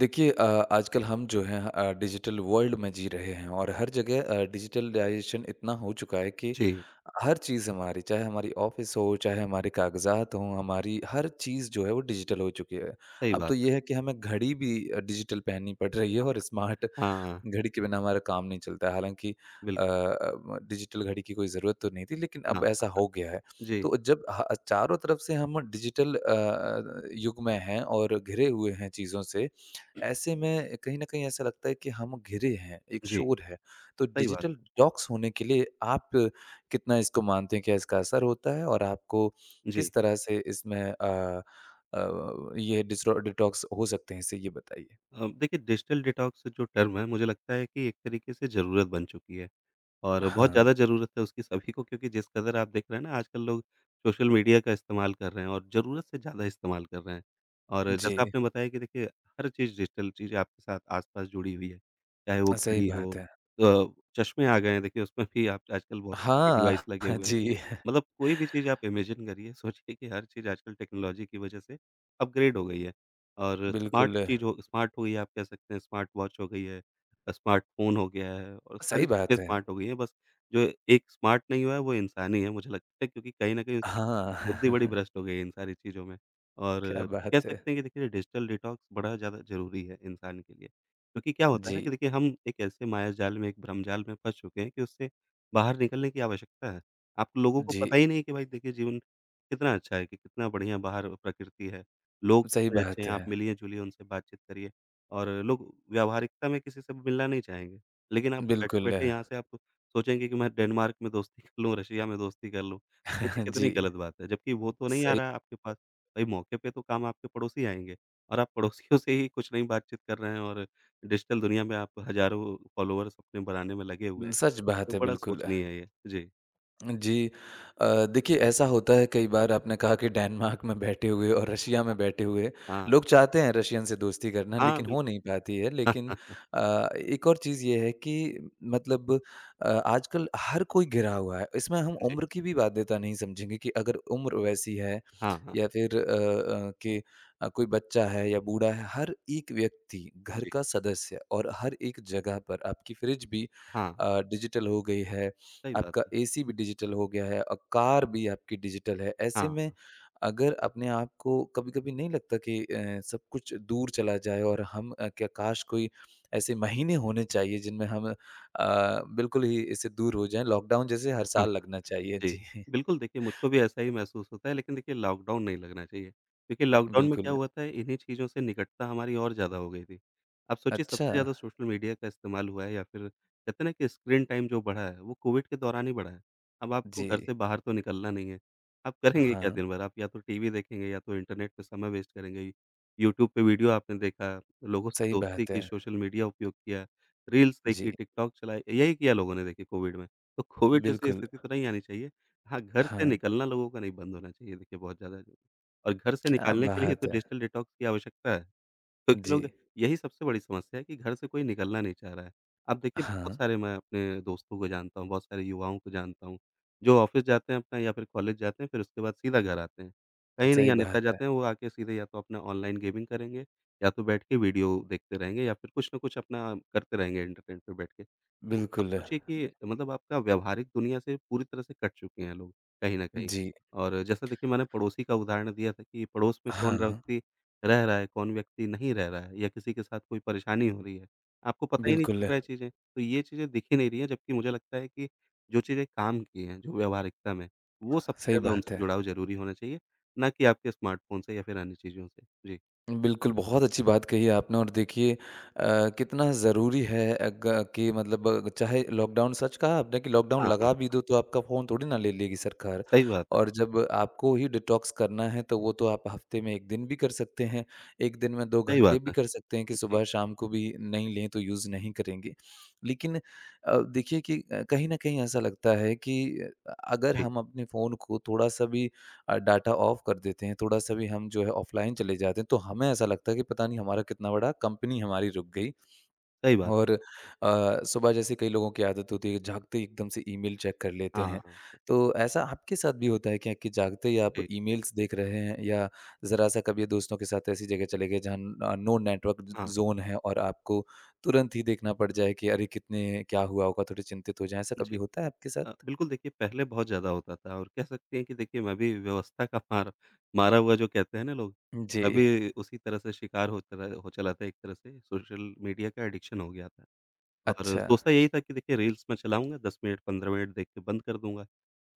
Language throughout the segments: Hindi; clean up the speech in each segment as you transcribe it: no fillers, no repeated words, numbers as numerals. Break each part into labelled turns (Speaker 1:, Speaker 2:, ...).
Speaker 1: देखिए आजकल हम जो हैं डिजिटल वर्ल्ड में जी रहे हैं और हर जगह डिजिटलाइजेशन इतना हो चुका है कि
Speaker 2: जी,
Speaker 1: हर चीज़ हमारी चाहे हमारी ऑफिस हो चाहे हमारे कागजात हों हमारी हर चीज़ जो है वो डिजिटल हो चुकी है।
Speaker 2: सही
Speaker 1: अब तो
Speaker 2: बात
Speaker 1: ये है
Speaker 2: है।
Speaker 1: कि हमें घड़ी भी डिजिटल पहननी पड़ रही है और स्मार्ट
Speaker 2: हाँ,
Speaker 1: घड़ी के बिना हमारा काम नहीं चलता है। हालाँकि अ,
Speaker 2: बिल्कुल,
Speaker 1: म डिजिटल घड़ी की कोई ज़रूरत तो नहीं थी, लेकिन
Speaker 2: हाँ,
Speaker 1: अब ऐसा
Speaker 2: हाँ।
Speaker 1: हो गया है।
Speaker 2: जी,
Speaker 1: तो जब ह चारों तरफ से हम डिजिटल युग में हैं और घिरे हुए हैं चीज़ों से, ऐसे में कहीं न कहीं ऐसा लगता है कि हम घिरे हैं, एक
Speaker 2: जी,
Speaker 1: शोर है। तो
Speaker 2: सही बात
Speaker 1: डिजिटल
Speaker 2: है।
Speaker 1: डिटॉक्स होने के लिए आप कितना इसको मानते हैं, क्या इसका असर होता है? और आपको
Speaker 2: जी।
Speaker 1: किस तरह से इसमें अ अ, ये डिस्ट्रो डिटॉक्स हो सकते हैं इससे, ये बताइए?
Speaker 2: देखिए डिजिटल डिटॉक्स जो टर्म है मुझे लगता है कि एक तरीके से ज़रूरत बन चुकी है और
Speaker 1: हाँ।
Speaker 2: बहुत ज़्यादा ज़रूरत है उसकी सभी को, क्योंकि जिस कदर आप देख रहे हैं ना आजकल लोग सोशल मीडिया का इस्तेमाल कर रहे हैं और ज़रूरत से ज़्यादा इस्तेमाल कर रहे हैं। और जैसा
Speaker 1: जी।
Speaker 2: आपने बताया कि देखिए हर चीज़ डिजिटल चीज़ आपके साथ आस-पास जुड़ी हुई है, चाहे वो
Speaker 1: सही
Speaker 2: घड़ी हो,
Speaker 1: बात है।
Speaker 2: चश्मे आ गए हैं, देखिए उसमें भी आप आजकल बहुत तरीके के
Speaker 1: हाँ,
Speaker 2: डिवाइस लगे हुए हैं।
Speaker 1: जी,
Speaker 2: मतलब कोई भी चीज़ आप इमेजिन करिए, सोचिए कि हर चीज़ आजकल टेक्नोलॉजी की वजह से अपग्रेड हो गई है और
Speaker 1: बिल्कुल,
Speaker 2: स्मार्ट हो गई है, आप कह सकते हैं स्मार्ट वॉच हो गई है, स्मार्टफ़ोन हो गया है और सारी
Speaker 1: सही
Speaker 2: चीज़ें
Speaker 1: बात है।
Speaker 2: स्मार्ट हो गई हैं, बस जो एक स्मार्ट नहीं हुआ है वो इंसान ही है, मुझे लगता है क्योंकि कहीं न कहीं उसकी
Speaker 1: हाँ,
Speaker 2: बुद्धि बड़ी भ्रष्ट हो गई है इन सारी चीज़ों में।
Speaker 1: क्या
Speaker 2: और कह
Speaker 1: बात है।
Speaker 2: सकते हैं कि देखिए डिजिटल डिटॉक्स बड़ा ज़्यादा ज़रूरी है इंसान के लिए, क्योंकि क्या होता है
Speaker 1: जी,
Speaker 2: ना कि देखिए हम एक ऐसे माया जाल में, एक भ्रम जाल में फँस चुके हैं कि उससे बाहर निकलने की आवश्यकता है। आप तो लोगों को
Speaker 1: जी,
Speaker 2: पता ही नहीं कि भाई देखिए जीवन कितना अच्छा है, कि कितना बढ़िया बाहर प्रकृति है, लोग
Speaker 1: सही
Speaker 2: कितने अच्छे
Speaker 1: बात
Speaker 2: हैं, आप
Speaker 1: है।
Speaker 2: मिलिए-जुलिए उनसे बातचीत करिए, और लोग व्यावहारिकता में किसी से मिलना नहीं चाहेंगे। लेकिन आप
Speaker 1: बिल्कुल,
Speaker 2: बैठे-बैठे यहाँ से आप सोचेंगे कि मैं डेनमार्क में दोस्ती कर लूँ, रशिया में दोस्ती कर लूँ, सोचिए
Speaker 1: जी,
Speaker 2: कितनी गलत बात है, जबकि वो तो नहीं आ
Speaker 1: सही
Speaker 2: रहा है आपके पास। भाई मौके पे तो काम आपके पड़ोसी आएँगे, और आप पड़ोसियों से ही कुछ नहीं बातचीत कर रहे हैं और डिजिटल दुनिया में आप हज़ारों फॉलोवर्स अपने बनाने में लगे हुए हैं,
Speaker 1: सच बात
Speaker 2: तो
Speaker 1: है
Speaker 2: बड़ा
Speaker 1: बिल्कुल।
Speaker 2: सोचनीय है ये। जी,
Speaker 1: जी। देखिए ऐसा होता है कई बार आपने कहा कि डेनमार्क में बैठे हुए और रशिया में बैठे हुए
Speaker 2: हाँ।
Speaker 1: लोग चाहते हैं रशियन से दोस्ती करना
Speaker 2: हाँ,
Speaker 1: लेकिन हो
Speaker 2: बिल्कुल।
Speaker 1: नहीं पाती है। लेकिन
Speaker 2: हाँ,
Speaker 1: एक और चीज़ ये है कि मतलब आजकल हर कोई घिरा हुआ है। इसमें हम
Speaker 2: जी।
Speaker 1: उम्र की भी बाध्यता नहीं समझेंगे कि अगर उम्र वैसी है
Speaker 2: हाँ, हाँ।
Speaker 1: या फिर कि कोई बच्चा है या बूढ़ा है, हर एक व्यक्ति घर
Speaker 2: जी।
Speaker 1: का सदस्य और हर एक जगह पर आपकी फ्रिज भी
Speaker 2: हाँ,
Speaker 1: डिजिटल हो गई है।
Speaker 2: सही बात
Speaker 1: आपका
Speaker 2: है।
Speaker 1: एसी भी डिजिटल हो गया है और कार भी आपकी डिजिटल है। ऐसे
Speaker 2: हाँ।
Speaker 1: में अगर अपने आप को कभी-कभी नहीं लगता कि सब कुछ दूर चला जाए और हम क्या काश कोई ऐसे महीने होने चाहिए जिनमें हम बिल्कुल ही इससे दूर हो जाएँ, लॉकडाउन जैसे हर
Speaker 2: हाँ।
Speaker 1: साल लगना चाहिए।
Speaker 2: जी,
Speaker 1: जी,
Speaker 2: बिल्कुल देखिए मुझको भी ऐसा ही महसूस होता है, लेकिन देखिए लॉकडाउन नहीं लगना चाहिए, क्योंकि लॉकडाउन में क्या
Speaker 1: बिल्कुल।
Speaker 2: हुआ था, इन्हीं चीज़ों से निकटता हमारी और ज़्यादा हो गई थी। आप सोचिए
Speaker 1: अच्छा,
Speaker 2: सबसे ज़्यादा सोशल मीडिया का इस्तेमाल हुआ है या फिर कहते हैं ना कि स्क्रीन टाइम जो बढ़ा है वो कोविड के दौरान ही बढ़ा है। अब आपको
Speaker 1: जी।
Speaker 2: घर से बाहर तो निकलना नहीं है, आप करेंगे क्या
Speaker 1: हाँ,
Speaker 2: दिन भर? आप या तो टीवी देखेंगे या तो इंटरनेट पे समय वेस्ट करेंगे, यूट्यूब पे वीडियो आपने देखा, लोगों से
Speaker 1: सही
Speaker 2: दोस्ती
Speaker 1: बात है।
Speaker 2: की, सोशल मीडिया उपयोग किया, रील्स देखी,
Speaker 1: जी,
Speaker 2: टिकटॉक चलाए, यही किया लोगों ने देखिए कोविड में। तो कोविड जैसी
Speaker 1: बिल्कुल।
Speaker 2: स्थिति तो नहीं आनी चाहिए। हाँ, घर से
Speaker 1: हाँ,
Speaker 2: निकलना लोगों का नहीं बंद होना चाहिए देखिए बहुत ज़्यादा। और घर से
Speaker 1: क्या
Speaker 2: निकालने के लिए
Speaker 1: बात
Speaker 2: तो
Speaker 1: है!
Speaker 2: डिजिटल डिटॉक्स की आवश्यकता है। क्योंकि
Speaker 1: जी,
Speaker 2: लोग, यही सबसे बड़ी समस्या है कि घर से कोई निकलना नहीं चाह रहा है। अब देखिए बहुत
Speaker 1: हाँ,
Speaker 2: सारे मैं अपने दोस्तों को जानता हूँ, बहुत सारे युवाओं को जानता हूँ, जो ऑफ़िस जाते हैं अपना या फिर कॉलेज जाते हैं, फिर उसके बाद सीधा घर आते हैं। कहीं नहीं
Speaker 1: सही बात
Speaker 2: अन्यथा
Speaker 1: है।
Speaker 2: जाते हैं, वो आके सीधे या तो अपना ऑनलाइन गेमिंग करेंगे, या तो बैठ के वीडियो देखते रहेंगे या फिर कुछ न कुछ अपना करते रहेंगे इंटरनेट पे बैठ के। तो आप
Speaker 1: बिल्कुल।
Speaker 2: सोचिए कि मतलब आपका व्यावहारिक दुनिया से पूरी तरह से कट चुके हैं लोग, कहीं न कहीं।
Speaker 1: जी,
Speaker 2: और जैसा देखिए मैंने पड़ोसी का उदाहरण दिया था कि पड़ोस में
Speaker 1: हाँ।
Speaker 2: कौन
Speaker 1: हाँ।
Speaker 2: रहती रह रहा है, कौन व्यक्ति नहीं रह रहा है या किसी के साथ कोई परेशानी हो रही है। आपको पता ही नहीं चल
Speaker 1: बिल्कुल,
Speaker 2: रहा है चीज़ें, तो ये चीज़ें दिख ही नहीं रही हैं, जबकि मुझे लगता है कि जो चीज़ें काम की हैं, जो व्यावहारिकता में, वो सबसे
Speaker 1: सही
Speaker 2: ज़्यादा
Speaker 1: बात
Speaker 2: उनसे
Speaker 1: है।
Speaker 2: जुड़ाव ज़रूरी होना चाहिए, ना कि आपके स्मार्टफ़ोन से या फिर अन्य चीज़ों से। जी।
Speaker 1: बिल्कुल, बहुत अच्छी बात कही आपने और देखिए कितना ज़रूरी है अग कि मतलब चाहे लॉकडाउन सच कहा आपने कि लॉकडाउन
Speaker 2: हाँ, हाँ,
Speaker 1: लगा भी दो तो आपका फ़ोन थोड़ी ना ले लेगी सरकार
Speaker 2: सही बात है,
Speaker 1: और जब आपको ही डिटॉक्स करना है तो वो तो आप हफ़्ते में 1 दिन भी कर सकते हैं, 1 दिन में 2
Speaker 2: सही
Speaker 1: घंटे
Speaker 2: बात
Speaker 1: भी
Speaker 2: है।
Speaker 1: कर सकते हैं कि
Speaker 2: जी,
Speaker 1: सुबह शाम को भी नहीं लें तो यूज़ नहीं करेंगे। लेकिन देखिए कि कहीं न कहीं ऐसा लगता है कि अगर
Speaker 2: जी,
Speaker 1: हम अपने फ़ोन को थोड़ा-सा भी डाटा ऑफ कर देते हैं, थोड़ा-सा भी हम जो है ऑफ़लाइन चले जाते हैं, तो हमें ऐसा लगता है कि पता नहीं हमारा कितना बड़ा कंपनी हमारी रुक गई
Speaker 2: सही बात है।
Speaker 1: और सुबह जैसे कई लोगों की आदत होती है कि जागते ही एकदम से ईमेल चेक कर लेते
Speaker 2: हाँ,
Speaker 1: हैं। तो ऐसा आपके साथ भी होता है क्या कि जागते ही आप
Speaker 2: जी,
Speaker 1: ईमेल्स देख रहे हैं या ज़रा-सा कभी दोस्तों के साथ ऐसी जगह चले गए जहाँ नो नेटवर्क ज़
Speaker 2: हाँ,
Speaker 1: ज़ोन है और आपको तुरंत ही देखना पड़ जाए कि अरे! कितने क्या हुआ होगा, थोड़े चिंतित हो जाएँ, ऐसा कभी
Speaker 2: जी।
Speaker 1: होता है आपके साथ?
Speaker 2: बिल्कुल देखिए पहले बहुत ज़्यादा होता था और कह सकते हैं कि देखिए मैं भी व्यवस्था का मारा हुआ जो कहते हैं ना लोग, मैं
Speaker 1: जी,
Speaker 2: भी उसी तरह से शिकार हो चला था, एक तरह से सोशल मीडिया का एडिक्शन हो गया था। और
Speaker 1: अच्छा।
Speaker 2: सोचता यही था कि देखिए रील्स मैं चलाऊँगा 10 मिनट 15 मिनट देख के बंद कर दूँगा।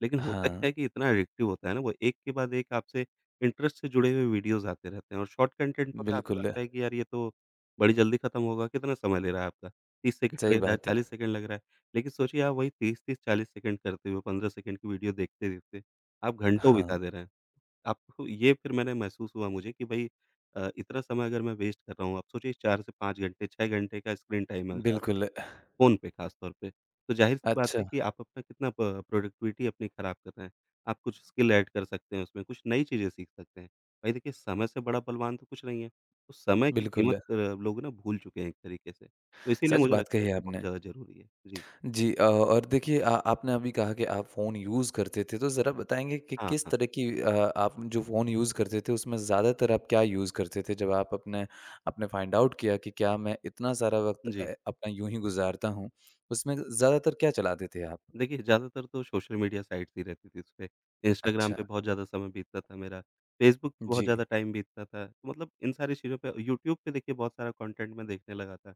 Speaker 2: लेकिन होता
Speaker 1: हाँ,
Speaker 2: क्या है कि इतना एडिक्टिव होता है ना वो, एक के बाद एक आपसे इंटरेस्ट से जुड़े हुए वीडियोज़ आते रहते हैं और शॉर्ट कंटेंट होता है, आपको
Speaker 1: बिल्कुल।
Speaker 2: लगता है कि यार ये तो बड़ी जल्दी खत्म होगा, कितना समय ले रहा है आपका? 30 सेकंड ले
Speaker 1: सही
Speaker 2: रहा है,
Speaker 1: बात है।
Speaker 2: 40 सेकंड लग रहा है। लेकिन सोचिए आप वही 30-30 40 सेकंड करते हुए 15 सेकंड की वीडियो देखते-देखते आप घंटों
Speaker 1: हाँ,
Speaker 2: बिता दे रहे हैं। आपको ये फिर मैंने महसूस हुआ मुझे कि भाई इतना समय अगर मैं वेस्ट कर रहा हूँ, आप सोचिए 4 से 5 घंटे 6 घंटे का स्क्रीन टाइम है अगर आप
Speaker 1: बिल्कुल।
Speaker 2: फ़ोन पे ख़ास तौर पे। तो ज़ाहिर-सी बात
Speaker 1: अच्छा,
Speaker 2: है कि आप अपना कितना प प्रोडक्टिविटी अपनी ख़राब कर रहे हैं। आप कुछ स्किल ऐड कर सकते हैं उसमें, कुछ नई चीज़ें सीख सकते हैं। भाई देखिए समय से बड़ा बलवान तो कुछ नहीं है। तो समय की कीमत
Speaker 1: बिल्कुल,
Speaker 2: लोग ना भूल चुके हैं एक तरीके से। तो इसीलिए
Speaker 1: सच
Speaker 2: मुझे
Speaker 1: बात
Speaker 2: लगता
Speaker 1: कही
Speaker 2: है
Speaker 1: है
Speaker 2: कि बहुत
Speaker 1: आपने।
Speaker 2: ज़्यादा ज़रूरी है। जी।
Speaker 1: जी और देखिए आपने अभी कहा कि आप फ़ोन यूज़ करते थे, तो ज़रा बताएँगे कि
Speaker 2: हाँ,
Speaker 1: किस
Speaker 2: हाँ।
Speaker 1: तरह की आप जो फ़ोन यूज़ करते थे, उसमें ज़्यादातर आप क्या यूज़ करते थे? जब आप अपने आपने फाइंड आउट किया कि क्या मैं इतना सारा वक़्त
Speaker 2: जी।
Speaker 1: अपना यूँ ही गुज़ारता हूँ, उसमें ज़्यादातर क्या चलाते थे आप?
Speaker 2: देखिए ज़्यादातर तो सोशल मीडिया साइट्स ही रहती थी उसपे। इंस्टाग्राम
Speaker 1: अच्छा,
Speaker 2: पे बहुत ज़्यादा समय बीतता था मेरा, फेसबुक पे बहुत
Speaker 1: जी,
Speaker 2: ज़्यादा टाइम बीतता था। तो मतलब इन सारी चीज़ों पे, यूट्यूब पे देखिए बहुत सारा कंटेंट मैं देखने लगा था।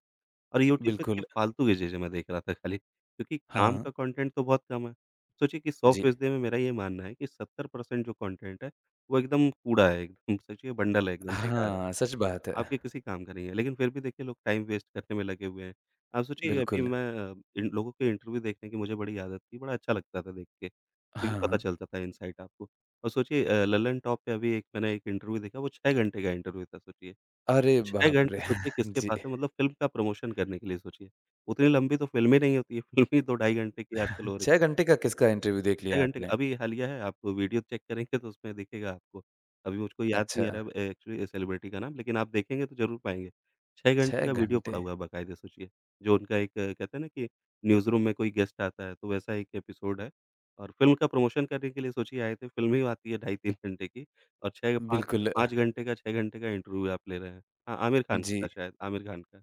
Speaker 2: और यूट्यूब पे
Speaker 1: बिल्कुल।
Speaker 2: देखिए फालतू की चीज़ें मैं देख रहा था खाली, क्योंकि काम
Speaker 1: हाँ,
Speaker 2: का कंटेंट तो बहुत कम है। सोचिए कि 100
Speaker 1: जी।
Speaker 2: फ़ीसदी में मेरा ये मानना है कि 70% जो कंटेंट है, वो एकदम कूड़ा है, एकदम सोचिए बंडल है, एकदम बेकार है।
Speaker 1: हाँ, सच बात है।
Speaker 2: आपके किसी काम का नहीं है, लेकिन फिर भी देखिए लोग टाइम वेस्ट करने में लगे हुए हैं। आप सोचिए, अभी
Speaker 1: बिल्कुल,
Speaker 2: मैं इन लोगों के इंटरव्यू देखने की मुझे बड़ी आदत थी, बड़ा अच्छा लगता था देख के, क्योंकि पता
Speaker 1: हाँ।
Speaker 2: चलता था इनसाइट आपको। और सोचिए लल्लन टॉप पे अभी एक मैंने एक इंटरव्यू देखा, वो 6 घंटे का इंटरव्यू था सोचिए।
Speaker 1: अरे
Speaker 2: 6
Speaker 1: बाप रे!
Speaker 2: घंटे सोचिए किसके
Speaker 1: जी।
Speaker 2: पास है, मतलब फ़िल्म का प्रमोशन करने के लिए सोचिए। उतनी लंबी तो फ़िल्में नहीं होती है, फ़िल्में 2 ढाई घंटे की आजकल हो रही
Speaker 1: 6
Speaker 2: है।
Speaker 1: घंटे का किसका इंटरव्यू देख
Speaker 2: 6
Speaker 1: लिया
Speaker 2: घंटे का
Speaker 1: आपने?
Speaker 2: अभी हालिया है, आप वीडियो चेक करेंगे तो उसमें दिखेगा आपको। अभी मुझको याद
Speaker 1: अच्छा,
Speaker 2: नहीं आ रहा है एक्चुअली सेलिब्रिटी का नाम, लेकिन आप देखेंगे तो ज़रूर पाएँगे। 6 घंटे
Speaker 1: 6
Speaker 2: का वीडियो
Speaker 1: घंटे।
Speaker 2: पड़ा हुआ है बाकायदे सोचिए, जो उनका एक कहते हैं ना कि न्यूज़ रूम में कोई गेस्ट आता है, तो वैसा एक एपिसोड है। और फ़िल्म का प्रमोशन करने के लिए सोचिए आए थे, फ़िल्म ही आती है ढाई 3 घंटे की और 6 5
Speaker 1: बिल्कुल,
Speaker 2: 5 घंटे का 6 घंटे का इंटरव्यू आप ले रहे हैं। हाँ, आमिर खान का
Speaker 1: जी,
Speaker 2: था शायद, आमिर खान का।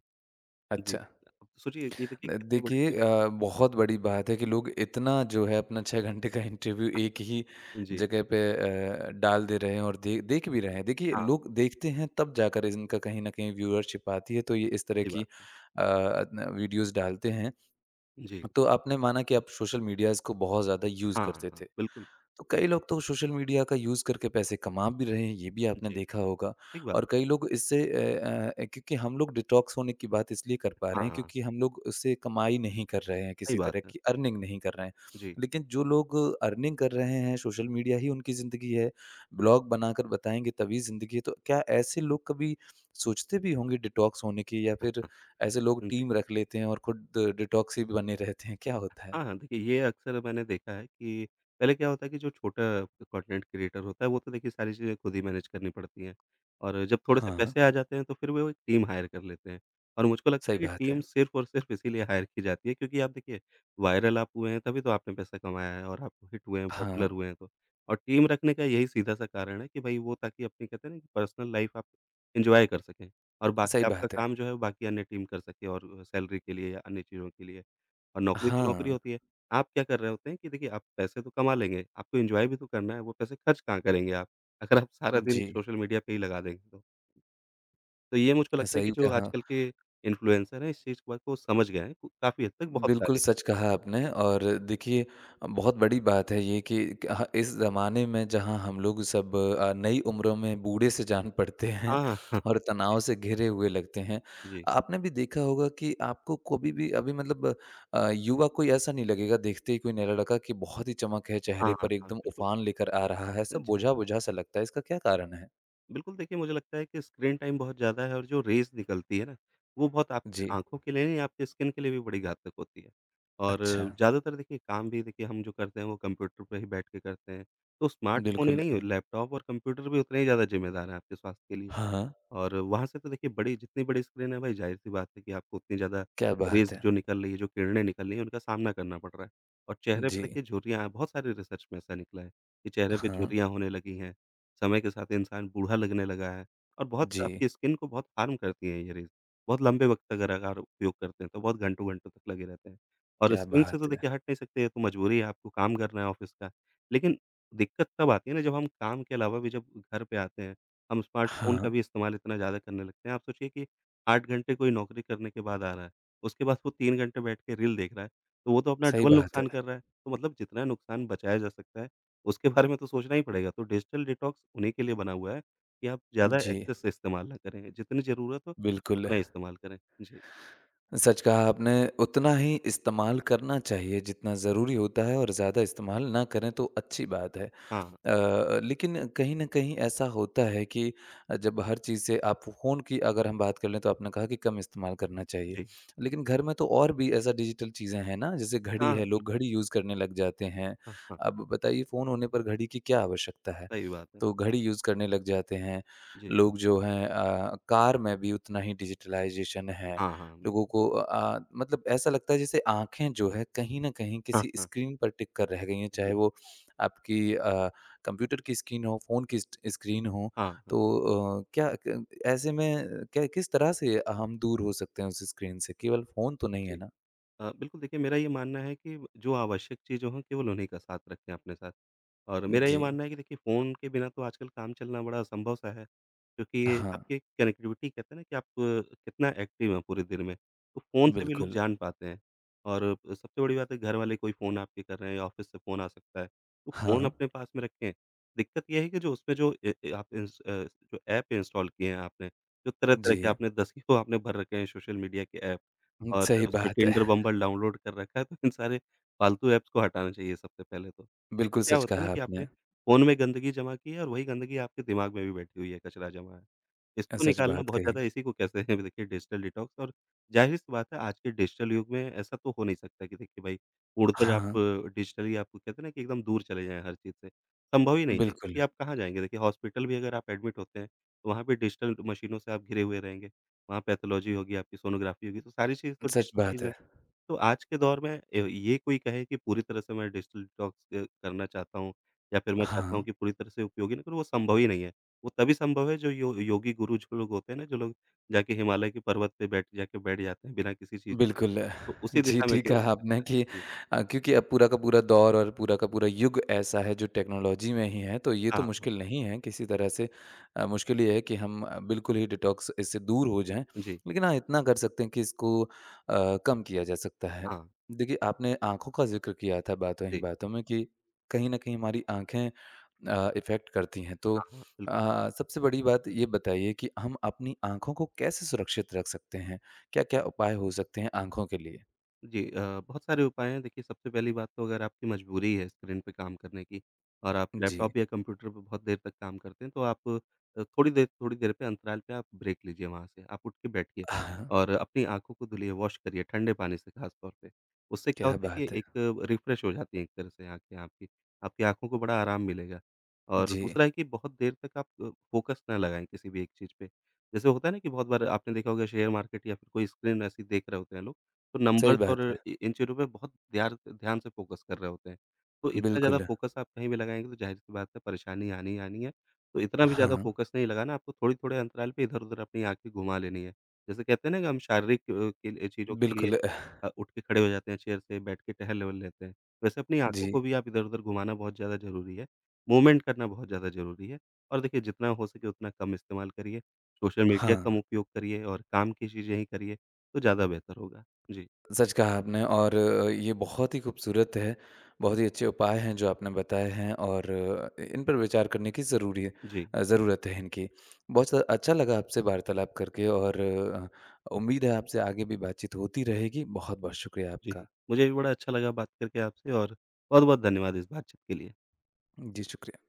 Speaker 2: जी,
Speaker 1: अच्छा।
Speaker 2: अब सोचिए ये देखिए
Speaker 1: न
Speaker 2: कितने बड़े,
Speaker 1: देखिए
Speaker 2: जी,
Speaker 1: बहुत बड़ी बात है कि लोग इतना जो है अपना 6 घंटे का इंटरव्यू एक ही
Speaker 2: हाँ, जी,
Speaker 1: जगह पे डाल दे रहे हैं और दे देख भी रहे हैं। देखिए
Speaker 2: हाँ,
Speaker 1: लोग देखते हैं तब जाकर इनका कहीं न कहीं व्यूअरशिप आती है, तो ये इस तरह
Speaker 2: सही
Speaker 1: की
Speaker 2: बात है।
Speaker 1: न वीडियोज़ डालते हैं।
Speaker 2: जी।
Speaker 1: तो आपने माना कि आप सोशल मीडियाज़ को बहुत ज़्यादा यूज़
Speaker 2: हाँ, हाँ,
Speaker 1: करते
Speaker 2: हाँ,
Speaker 1: थे।
Speaker 2: बिल्कुल।
Speaker 1: तो कई लोग तो सोशल मीडिया का यूज़ करके पैसे कमा भी रहे हैं, ये भी आपने
Speaker 2: जी,
Speaker 1: देखा होगा
Speaker 2: ठीक बात
Speaker 1: और
Speaker 2: है।
Speaker 1: कई लोग इससे क्योंकि हम लोग डिटॉक्स होने की बात इसलिए कर पा
Speaker 2: हाँ,
Speaker 1: रहे हैं
Speaker 2: हाँ,
Speaker 1: क्योंकि हम लोग उससे कमाई नहीं कर रहे हैं,
Speaker 2: सही
Speaker 1: किसी
Speaker 2: बात
Speaker 1: तरह
Speaker 2: है।
Speaker 1: की अर्निंग नहीं कर रहे हैं।
Speaker 2: जी,
Speaker 1: लेकिन जो लोग अर्निंग कर रहे हैं, सोशल मीडिया ही उनकी ज़िंदगी है, ब्लॉग बनाकर बताएँगे तभी ज़िंदगी है, तो क्या ऐसे लोग कभी सोचते भी होंगे डिटॉक्स होने की या फिर
Speaker 2: हाँ।
Speaker 1: ऐसे लोग
Speaker 2: हुँ।
Speaker 1: टीम रख लेते हैं और खुद डिटॉक्स ही बने रहते हैं, क्या होता है?
Speaker 2: हाँ, हाँ, देखिए ये अक्सर मैंने देखा है कि पहले क्या होता है कि जो छोटा कंटेंट क्रिएटर होता है वो तो देखिए सारी चीज़ें खुद ही मैनेज करनी पड़ती हैं, और जब थोड़े से
Speaker 1: हाँ,
Speaker 2: पैसे आ जाते हैं तो फिर वो एक टीम हायर कर लेते हैं, और मुझको
Speaker 1: सही
Speaker 2: लगता है कि
Speaker 1: बात है।
Speaker 2: टीम सिर्फ़ और सिर्फ़ इसीलिए हायर की जाती है, क्योंकि आप देखिए वायरल आप हुए हैं तभी तो आपने पैसा कमाया है और आप हिट हुए हैं, पॉपुलर
Speaker 1: हाँ।
Speaker 2: हुए हैं तो। और टीम रखने का यही सीधा-सा कारण है कि भई वो, ताकि अपनी कहते हैं ना कि पर्सनल लाइफ़ आप एन्जॉय कर सकें, और
Speaker 1: सही
Speaker 2: बाकी आपका
Speaker 1: बात है।
Speaker 2: काम जो है बाकी अन्य टीम कर सके और सैलरी के लिए या अन्य चीज़ों के लिए। और नौकरी तो नौकरी
Speaker 1: हाँ,
Speaker 2: होती है। आप क्या कर रहे होते हैं कि देखिए आप पैसे तो कमा लेंगे, आपको एन्जॉय भी तो करना है, वो पैसे खर्च कहाँ करेंगे आप, अगर आप सारा दिन
Speaker 1: जी।
Speaker 2: सोशल मीडिया पे ही लगा देंगे तो। तो ये मुझको लगता है
Speaker 1: सही
Speaker 2: कि जो
Speaker 1: कहा।
Speaker 2: आजकल के इन्फ्लुएंसर हैं इस चीज़ को समझ गए हैं, काफ़ी हद तक बहुत
Speaker 1: बिल्कुल
Speaker 2: सारे।
Speaker 1: सच कहा आपने
Speaker 2: जी।
Speaker 1: और देखिए बहुत बड़ी बात है ये कि कहा इस ज़माने में जहाँ हम लोग सब नई उम्रों में बूढ़े से जान पड़ते हैं
Speaker 2: हाँ, हाँ। हाँ।
Speaker 1: और
Speaker 2: जी,
Speaker 1: तनाव से घिरे हुए लगते हैं।
Speaker 2: जी।
Speaker 1: आपने भी देखा होगा कि आपको कभी भी अभी मतलब युवा कोई ऐसा नहीं लगेगा देखते ही कोई नया लड़का कि बहुत ही चमक है
Speaker 2: हाँ,
Speaker 1: चेहरे
Speaker 2: हाँ,
Speaker 1: पर
Speaker 2: हाँ,
Speaker 1: एकदम
Speaker 2: बिल्कुल।
Speaker 1: उफ़ान लेकर आ रहा है।
Speaker 2: हाँ,
Speaker 1: सब
Speaker 2: जी।
Speaker 1: बोझा-बोझा सा लगता है। इसका क्या कारण है?
Speaker 2: बिल्कुल, देखिए मुझे लगता है कि स्क्रीन टाइम बहुत ज़्यादा है और जो रेज़ निकलती है ना, वो बहुत आपकी
Speaker 1: जी।
Speaker 2: आँखों के लिए नहीं, आपके स्किन के लिए भी बड़ी घातक होती है। और
Speaker 1: अच्छा।
Speaker 2: ज़्यादातर देखिए काम भी देखिए हम जो करते हैं वो कंप्यूटर पे ही बैठ के करते हैं। तो स्मार्टफ़ोन ही
Speaker 1: बिल्कुल।
Speaker 2: नहीं, लैपटॉप और कंप्यूटर भी उतने ही ज़्यादा ज़िम्मेदार हैं आपके स्वास्थ्य के लिए।
Speaker 1: हाँ। हाँ।
Speaker 2: और वहाँ से तो देखिए बड़ी जितनी बड़ी स्क्रीन है भाई, ज़ाहिर-सी बात है कि आपको उतनी ज़्यादा
Speaker 1: क्या बात
Speaker 2: रेज़
Speaker 1: है!
Speaker 2: जो निकल रही है, जो किरणें निकल रही हैं, उनका सामना करना पड़ रहा है। और चेहरे पे
Speaker 1: जी।
Speaker 2: देखिए झुर्रियाँ, बहुत सारे रिसर्च में ऐसा निकला है कि चेहरे पे
Speaker 1: हाँ,
Speaker 2: झुर्रियाँ होने लगी हैं, समय के साथ इंसान बूढ़ा लगने लगा है और बहुत
Speaker 1: जी,
Speaker 2: आपकी स्किन को बहुत हार्म करती हैं ये रेज़। बहुत लंबे वक़्त तक लगातार उपयोग करते हैं तो बहुत घंटों-घंटों तक लगे रहते हैं। और
Speaker 1: क्या
Speaker 2: स्क्रीन से
Speaker 1: बात
Speaker 2: तो
Speaker 1: है!
Speaker 2: देखिए हट नहीं सकते, ये तो मजबूरी है, आपको काम करना है ऑफ़िस का। लेकिन दिक्कत तब आती है ना जब हम काम के अलावा भी जब घर पे आते हैं, हम स्मार्टफ़ोन
Speaker 1: हाँ,
Speaker 2: का भी इस्तेमाल इतना ज़्यादा करने लगते हैं। आप सोचिए कि 8 घंटे कोई नौकरी करने के बाद आ रहा है, उसके बाद वो 3 घंटे बैठ के रील देख रहा है, तो वो तो अपना
Speaker 1: सही
Speaker 2: डबल
Speaker 1: बात है।
Speaker 2: नुकसान कर रहा है। तो मतलब जितना नुकसान बचाया जा सकता है, उसके बारे में तो सोचना ही पड़ेगा। तो डिजिटल डिटॉक्स उन्हीं के लिए बना हुआ है कि आप ज़्यादा
Speaker 1: जी,
Speaker 2: एक्सेस से इस्तेमाल ना करें, जितनी ज़रूरत हो
Speaker 1: बिल्कुल।
Speaker 2: उतना ही इस्तेमाल करें। जी,
Speaker 1: सच कहा आपने, उतना ही इस्तेमाल करना चाहिए जितना ज़रूरी होता है और ज़्यादा इस्तेमाल ना करें तो अच्छी बात है।
Speaker 2: हाँ,
Speaker 1: लेकिन कहीं न कहीं ऐसा होता है कि जब हर चीज़ से आप फ़ोन की अगर हम बात कर लें तो आपने कहा कि कम इस्तेमाल करना चाहिए।
Speaker 2: जी,
Speaker 1: लेकिन घर में तो और भी ऐसा डिजिटल चीज़ें हैं ना जैसे घड़ी
Speaker 2: हाँ,
Speaker 1: है, लोग
Speaker 2: बिल्कुल,
Speaker 1: घड़ी यूज़ करने लग जाते हैं।
Speaker 2: हाँ, हाँ,
Speaker 1: अब बताइए फ़ोन होने पर घड़ी की क्या आवश्यकता है?
Speaker 2: सही बात है।
Speaker 1: तो घड़ी यूज़ करने लग जाते हैं।
Speaker 2: जी,
Speaker 1: लोग जो हैं कार में भी उतना ही डिजिटलाइज़ेशन है।
Speaker 2: हाँ, हाँ, बिल
Speaker 1: लोगों को मतलब ऐसा लगता है जैसे आँखें जो है कहीं न कहीं
Speaker 2: हाँ,
Speaker 1: किसी
Speaker 2: हाँ,
Speaker 1: स्क्रीन पर टिक कर रह गई हैं, चाहे
Speaker 2: जी,
Speaker 1: वो आपकी कंप्यूटर की स्क्रीन हो, फ़ोन की स्ट स्क्रीन हो,
Speaker 2: हाँ, हाँ,
Speaker 1: तो अ, क्या क ऐसे में क्या किस तरह से हम दूर हो सकते हैं उस स्क्रीन से? केवल फ़ोन तो नहीं है
Speaker 2: जी।
Speaker 1: ना?
Speaker 2: बिल्कुल देखिए मेरा ये मानना है कि जो आवश्यक चीज़ें हों केवल उन्हीं का साथ रखें अपने साथ। और मेरा ये
Speaker 1: जी।
Speaker 2: मानना है कि देखिए फ़ोन के बिना तो आजकल काम चलना बड़ा असंभव-सा है, क्योंकि
Speaker 1: हाँ,
Speaker 2: आपकी कनेक्टिविटी कहते हैं ना कि आप कितना एक्टिव हैं पूरे दिन में, तो फ़ोन से भी लोग
Speaker 1: बिल्कुल।
Speaker 2: जान पाते हैं। और सबसे बड़ी बात है, घर वाले कोई फ़ोन आपके कर रहे हैं या ऑफ़िस से फ़ोन आ सकता है, तो
Speaker 1: हाँ,
Speaker 2: फ़ोन
Speaker 1: हाँ।
Speaker 2: अपने पास में रखें। दिक्कत ये है कि जो उसमें जो ए ए आप इंस अ, जो ऐप इंस्टॉल किए हैं आपने, जो तरह-तरह के
Speaker 1: जी।
Speaker 2: आपने दसियों आपने भर रखे हैं सोशल मीडिया के ऐप।
Speaker 1: हुँ,
Speaker 2: और
Speaker 1: सही
Speaker 2: उसमें
Speaker 1: बात है।
Speaker 2: टिंडर बम्बर डाउनलोड कर रखा है, तो इन सारे फालतू ऐप्स को हटाना चाहिए सबसे पहले तो। क्योंकि
Speaker 1: बिल्कुल
Speaker 2: क्या
Speaker 1: सच
Speaker 2: होता है ना
Speaker 1: कहा
Speaker 2: कि आपने
Speaker 1: आपने।
Speaker 2: फ़ोन में गंदगी जमा की है और वही गंदगी आपके दिमाग में भी बैठी हुई है, कचरा जमा है। इसको
Speaker 1: सच
Speaker 2: निकालना
Speaker 1: बात
Speaker 2: बहुत
Speaker 1: कही।
Speaker 2: ज़्यादा, इसी को कहते हैं देखिए डिजिटल डिटॉक्स। और ज़ाहिर-सी बात है आज के डिजिटल युग में ऐसा तो हो नहीं सकता कि देखिए भाई उड़कर आप
Speaker 1: हाँ,
Speaker 2: डिजिटली आप कहते हैं ना कि एकदम दूर चले जाएँ हर चीज़ से, संभव ही नहीं है
Speaker 1: बिल्कुल।
Speaker 2: क्योंकि आप कहाँ जाएँगे? देखिए हॉस्पिटल भी अगर आप एडमिट होते हैं, तो वहाँ भी डिजिटल मशीनों से आप घिरे हुए रहेंगे। वहाँ पैथोलॉजी होगी, आपकी सोनोग्राफी होगी, तो सारी चीज़ तो
Speaker 1: सच बात
Speaker 2: डिजिटाइज़ है।
Speaker 1: है।
Speaker 2: तो आज के दौर में ये कोई कहे कि पूरी तरह से मैं डिजिटल डिटॉक्स करना चाहता हूँ या फिर मैं चाहता हूँ
Speaker 1: हाँ।
Speaker 2: कि पूरी तरह से उपयोगी ना करूँ, वो संभव ही नहीं है। वो तभी संभव है जो यो योगी गुरु जो लोग होते हैं ना, जो लोग जाके हिमालय के पर्वत पे बैठ जाके बैठ जाते हैं बिना किसी चीज़ के,
Speaker 1: बिल्कुल।
Speaker 2: तो उसी
Speaker 1: जी,
Speaker 2: दिशा में
Speaker 1: ठीक
Speaker 2: केवल
Speaker 1: कहा आपने
Speaker 2: सकता
Speaker 1: कि
Speaker 2: है। जी।
Speaker 1: क्योंकि अब पूरा का पूरा दौर और पूरा का पूरा युग ऐसा है जो टेक्नोलॉजी में ही है, तो ये तो
Speaker 2: हाँ, हाँ।
Speaker 1: मुश्किल नहीं है किसी तरह से। मुश्किल ये है कि हम बिल्कुल ही डिटॉक्स इससे दूर हो जाएँ।
Speaker 2: जी।
Speaker 1: लेकिन हाँ, इतना कर सकते हैं कि इसको कम किया जा सकता है।
Speaker 2: हाँ।
Speaker 1: देखिए, आपने आँखों का ज़िक्र किया था बातों ही
Speaker 2: जी।
Speaker 1: बातों में कि कहीं न कहीं हमारी आँखें इफ़ेक्ट करती हैं। तो
Speaker 2: हाँ, हाँ। बिल्कुल,
Speaker 1: अ, सबसे बड़ी बात ये बताइए कि हम अपनी आँखों को कैसे सुरक्षित रख सकते हैं? क्या-क्या
Speaker 2: जी।
Speaker 1: उपाय हो सकते हैं आँखों के लिए?
Speaker 2: जी, बहुत सारे उपाय हैं। देखिए, सबसे पहली बात तो अगर आपकी मजबूरी है स्क्रीन पे काम करने की और आप
Speaker 1: जी।
Speaker 2: लैपटॉप या कंप्यूटर पे बहुत देर तक काम करते हैं, तो आप थोड़ी देर पे अंतराल पे आप ब्रेक लीजिए वहाँ से। आप उठ के बैठिए
Speaker 1: हाँ,
Speaker 2: और अपनी आँखों को धुलिए, वॉश करिए ठंडे पानी से ख़ास तौर पे। उससे क्या
Speaker 1: क्या
Speaker 2: होता है कि
Speaker 1: बात है!
Speaker 2: एक रिफ्रेश हो जाती हैं एक तरह से आँखें आपकी। आपकी आँखों को बड़ा आराम मिलेगा और
Speaker 1: जी,
Speaker 2: दूसरा है कि बहुत देर तक आप फ़ोकस ना लगाएँ किसी भी एक चीज़ पे। जैसे होता है ना कि बहुत बार आपने देखा होगा शेयर मार्केट या फिर कोई स्क्रीन ऐसी देख रहे होते हैं लोग, तो
Speaker 1: सही
Speaker 2: नंबर्स और
Speaker 1: बात है।
Speaker 2: इ इन चीज़ों पे बहुत ध्यान ध्यान से फ़ोकस कर रहे होते हैं। तो इतना ज़्यादा
Speaker 1: बिल्कुल,
Speaker 2: फ़ोकस आप कहीं भी लगाएँगे तो ज़ाहिर-सी बात है परेशानी आनी ही आनी है। तो इतना भी ज़्यादा
Speaker 1: हाँ,
Speaker 2: फ़ोकस नहीं लगाना, आपको थोड़े-थोड़े अंतराल पे इधर-उधर अपनी आँखें घुमा लेनी है। जैसे कहते हैं ना कि हम शारीरिक के लिए चीज़ों के लिए
Speaker 1: बिल्कुल।
Speaker 2: उठ के खड़े हो जाते हैं चेयर से, बैठ के टहल-वहल लेते हैं। वैसे अपनी
Speaker 1: जी,
Speaker 2: आँखों को भी आप इधर-उधर घुमाना बहुत ज़्यादा ज़रूरी है। मूवमेंट करना बहुत ज़्यादा ज़रूरी है और देखिए जितना हो सके उतना कम इस्तेमाल करिए, सोशल मीडिया
Speaker 1: हाँ,
Speaker 2: का कम उपयोग करिए और काम की चीज़ें ही करिए, तो ज़्यादा बेहतर होगा। जी,
Speaker 1: सच कहा आपने और ये बहुत ही खूबसूरत है, बहुत ही अच्छे उपाय हैं जो आपने बताए हैं और इन पर विचार करने की ज़रूरी
Speaker 2: जी,
Speaker 1: ज़रूरत है इनकी। बहुत ज़्यादा अच्छा लगा आपसे वार्तालाप करके और उम्मीद है आपसे आगे भी बातचीत होती रहेगी। बहुत-बहुत शुक्रिया
Speaker 2: जी।
Speaker 1: आपका।
Speaker 2: मुझे भी बड़ा अच्छा लगा बात करके आपसे और बहुत-बहुत धन्यवाद इस बातचीत के लिए।
Speaker 1: जी, शुक्रिया।